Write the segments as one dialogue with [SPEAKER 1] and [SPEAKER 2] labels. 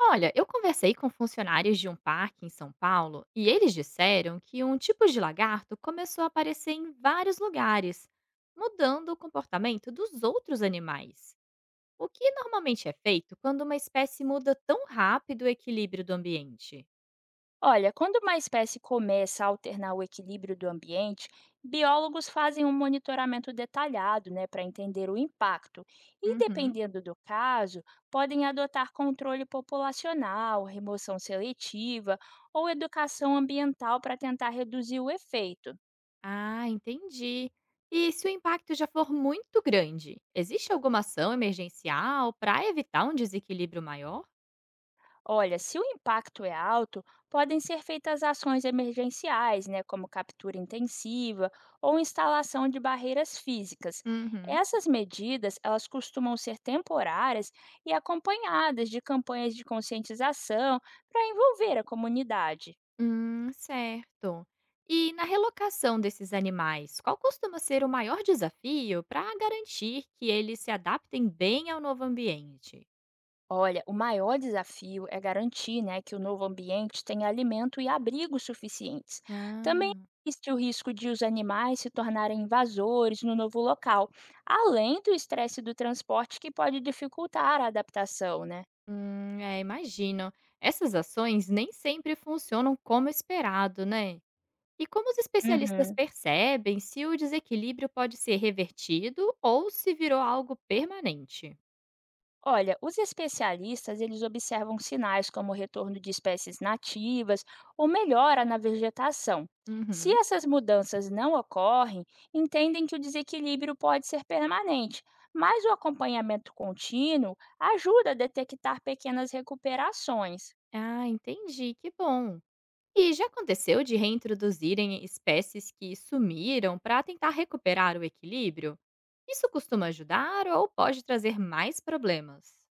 [SPEAKER 1] Olha, eu conversei com funcionários de um parque em São Paulo e eles disseram que um tipo de lagarto começou a aparecer em vários lugares, mudando o comportamento dos outros animais. O que normalmente é feito quando uma espécie muda tão rápido o equilíbrio do ambiente?
[SPEAKER 2] Olha, quando uma espécie começa a alternar o equilíbrio do ambiente, biólogos fazem um monitoramento detalhado, né, para entender o impacto. E
[SPEAKER 1] Uhum.
[SPEAKER 2] dependendo do caso, podem adotar controle populacional, remoção seletiva ou educação ambiental para tentar reduzir o efeito.
[SPEAKER 1] Ah, entendi. E se o impacto já for muito grande, existe alguma ação emergencial para evitar um desequilíbrio maior?
[SPEAKER 2] Olha, se o impacto é alto, podem ser feitas ações emergenciais, né, como captura intensiva ou instalação de barreiras físicas.
[SPEAKER 1] Uhum.
[SPEAKER 2] Essas medidas, elas costumam ser temporárias e acompanhadas de campanhas de conscientização para envolver a comunidade.
[SPEAKER 1] Certo. E na relocação desses animais, qual costuma ser o maior desafio para garantir que eles se adaptem bem ao novo ambiente?
[SPEAKER 2] Olha, o maior desafio é garantir, né, que o novo ambiente tenha alimento e abrigo suficientes.
[SPEAKER 1] Ah.
[SPEAKER 2] Também existe o risco de os animais se tornarem invasores no novo local, além do estresse do transporte que pode dificultar a adaptação, né?
[SPEAKER 1] É, imagino. Essas ações nem sempre funcionam como esperado, né? E como os especialistas
[SPEAKER 2] Uhum.
[SPEAKER 1] percebem se o desequilíbrio pode ser revertido ou se virou algo permanente?
[SPEAKER 2] Olha, os especialistas eles observam sinais como o retorno de espécies nativas ou melhora na vegetação. Se
[SPEAKER 1] Uhum.
[SPEAKER 2] essas mudanças não ocorrem, entendem que o desequilíbrio pode ser permanente, mas o acompanhamento contínuo ajuda a detectar pequenas recuperações.
[SPEAKER 1] Ah, entendi. Que bom. E já aconteceu de reintroduzirem espécies que sumiram para tentar recuperar o equilíbrio? Isso costuma ajudar ou pode trazer mais problemas?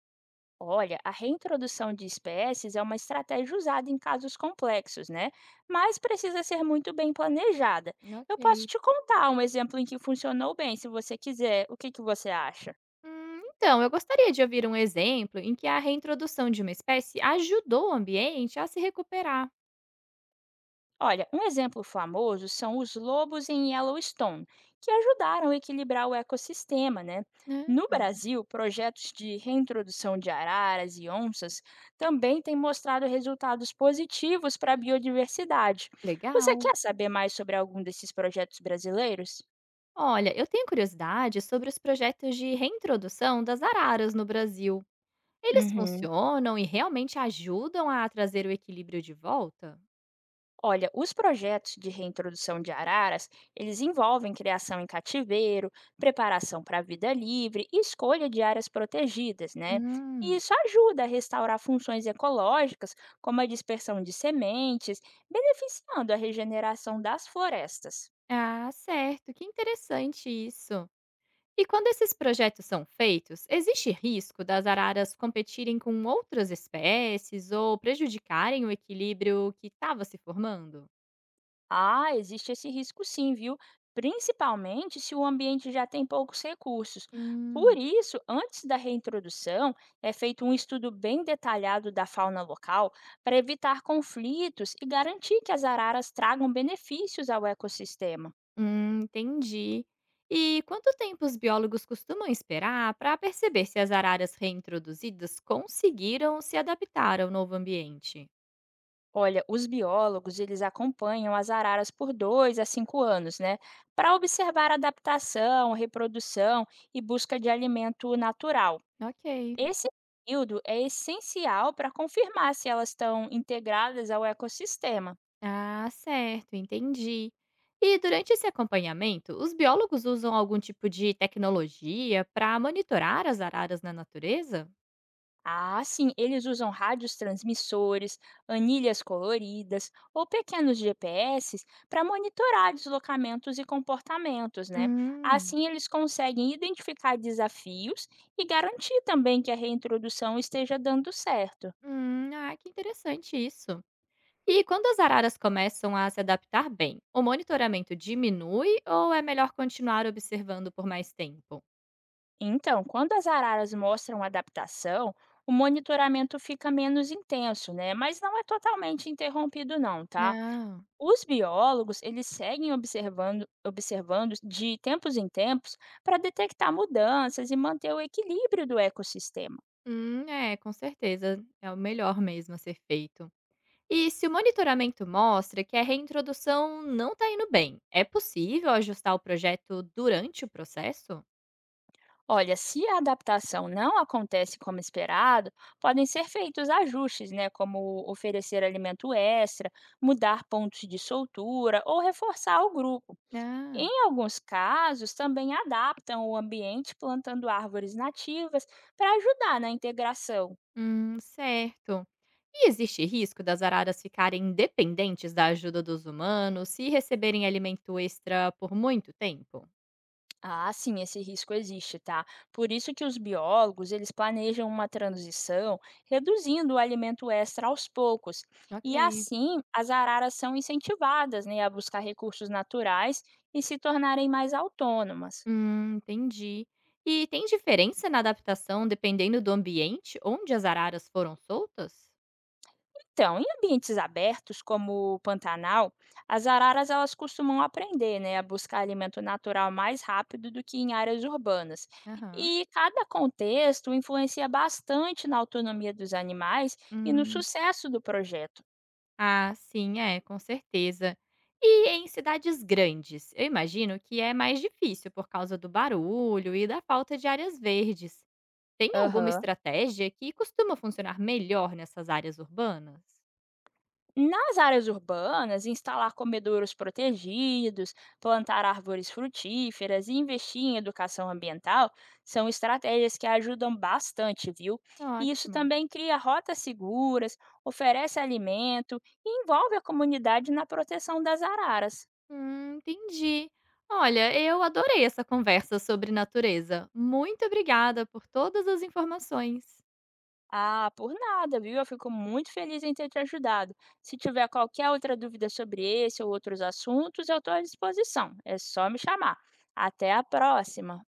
[SPEAKER 2] Olha, a reintrodução de espécies é uma estratégia usada em casos complexos, né? Mas precisa ser muito bem planejada.
[SPEAKER 1] Ok.
[SPEAKER 2] Eu posso te contar um exemplo em que funcionou bem, se você quiser. O que, que você acha?
[SPEAKER 1] Então, eu gostaria de ouvir um exemplo em que a reintrodução de uma espécie ajudou o ambiente a se recuperar.
[SPEAKER 2] Olha, um exemplo famoso são os lobos em Yellowstone, que ajudaram a equilibrar o ecossistema, né? No
[SPEAKER 1] Ah.
[SPEAKER 2] Brasil, projetos de reintrodução de araras e onças também têm mostrado resultados positivos para a biodiversidade. Você
[SPEAKER 1] Legal.
[SPEAKER 2] quer saber mais sobre algum desses projetos brasileiros?
[SPEAKER 1] Olha, eu tenho curiosidade sobre os projetos de reintrodução das araras no Brasil. Eles
[SPEAKER 2] Uhum.
[SPEAKER 1] funcionam e realmente ajudam a trazer o equilíbrio de volta?
[SPEAKER 2] Olha, os projetos de reintrodução de araras, eles envolvem criação em cativeiro, preparação para a vida livre e escolha de áreas protegidas, né? E
[SPEAKER 1] Hum.
[SPEAKER 2] isso ajuda a restaurar funções ecológicas, como a dispersão de sementes, beneficiando a regeneração das florestas.
[SPEAKER 1] Ah, certo. Que interessante isso. E quando esses projetos são feitos, existe risco das araras competirem com outras espécies ou prejudicarem o equilíbrio que estava se formando?
[SPEAKER 2] Ah, existe esse risco sim, viu? Principalmente se o ambiente já tem poucos recursos. Por
[SPEAKER 1] Hum.
[SPEAKER 2] isso, antes da reintrodução, é feito um estudo bem detalhado da fauna local para evitar conflitos e garantir que as araras tragam benefícios ao ecossistema.
[SPEAKER 1] Entendi. E quanto tempo os biólogos costumam esperar para perceber se as araras reintroduzidas conseguiram se adaptar ao novo ambiente?
[SPEAKER 2] Olha, os biólogos eles acompanham as araras por 2 a 5 anos, né? Para observar a adaptação, reprodução e busca de alimento natural.
[SPEAKER 1] Ok.
[SPEAKER 2] Esse período é essencial para confirmar se elas estão integradas ao ecossistema.
[SPEAKER 1] Ah, certo, entendi. E durante esse acompanhamento, os biólogos usam algum tipo de tecnologia para monitorar as araras na natureza?
[SPEAKER 2] Ah, sim, eles usam rádios transmissores, anilhas coloridas ou pequenos GPS para monitorar deslocamentos e comportamentos, né?
[SPEAKER 1] Hum,
[SPEAKER 2] Assim, eles conseguem identificar desafios e garantir também que a reintrodução esteja dando certo.
[SPEAKER 1] ah, que interessante isso. E quando as araras começam a se adaptar bem, o monitoramento diminui ou é melhor continuar observando por mais tempo?
[SPEAKER 2] Então, quando as araras mostram adaptação, o monitoramento fica menos intenso, né? Mas não é totalmente interrompido não, tá?
[SPEAKER 1] Não.
[SPEAKER 2] Os biólogos, eles seguem observando de tempos em tempos para detectar mudanças e manter o equilíbrio do ecossistema.
[SPEAKER 1] É, com certeza. É o melhor mesmo a ser feito. E se o monitoramento mostra que a reintrodução não está indo bem, é possível ajustar o projeto durante o processo?
[SPEAKER 2] Olha, se a adaptação não acontece como esperado, podem ser feitos ajustes, né, como oferecer alimento extra, mudar pontos de soltura ou reforçar o grupo.
[SPEAKER 1] Ah,
[SPEAKER 2] Em alguns casos, também adaptam o ambiente plantando árvores nativas para ajudar na integração.
[SPEAKER 1] certo. E existe risco das araras ficarem dependentes da ajuda dos humanos se receberem alimento extra por muito tempo?
[SPEAKER 2] Ah, sim, esse risco existe, tá? Por isso que os biólogos, eles planejam uma transição, reduzindo o alimento extra aos poucos. E
[SPEAKER 1] Ok.
[SPEAKER 2] assim, as araras são incentivadas, né, a buscar recursos naturais e se tornarem mais autônomas.
[SPEAKER 1] Entendi. E tem diferença na adaptação dependendo do ambiente onde as araras foram soltas?
[SPEAKER 2] Então, em ambientes abertos, como o Pantanal, as araras elas costumam aprender né, a buscar alimento natural mais rápido do que em áreas urbanas.
[SPEAKER 1] Aham.
[SPEAKER 2] E cada contexto influencia bastante na autonomia dos animais e no sucesso do projeto.
[SPEAKER 1] Ah, sim, é, com certeza. E em cidades grandes, eu imagino que é mais difícil por causa do barulho e da falta de áreas verdes. Tem alguma
[SPEAKER 2] Aham.
[SPEAKER 1] estratégia que costuma funcionar melhor nessas áreas urbanas?
[SPEAKER 2] Nas áreas urbanas, instalar comedouros protegidos, plantar árvores frutíferas e investir em educação ambiental são estratégias que ajudam bastante, viu? E isso
[SPEAKER 1] Ótimo.
[SPEAKER 2] também cria rotas seguras, oferece alimento e envolve a comunidade na proteção das araras.
[SPEAKER 1] Entendi. Olha, eu adorei essa conversa sobre natureza. Muito obrigada por todas as informações.
[SPEAKER 2] Ah, por nada, viu? Eu fico muito feliz em ter te ajudado. Se tiver qualquer outra dúvida sobre esse ou outros assuntos, eu estou à disposição. É só me chamar. Até a próxima!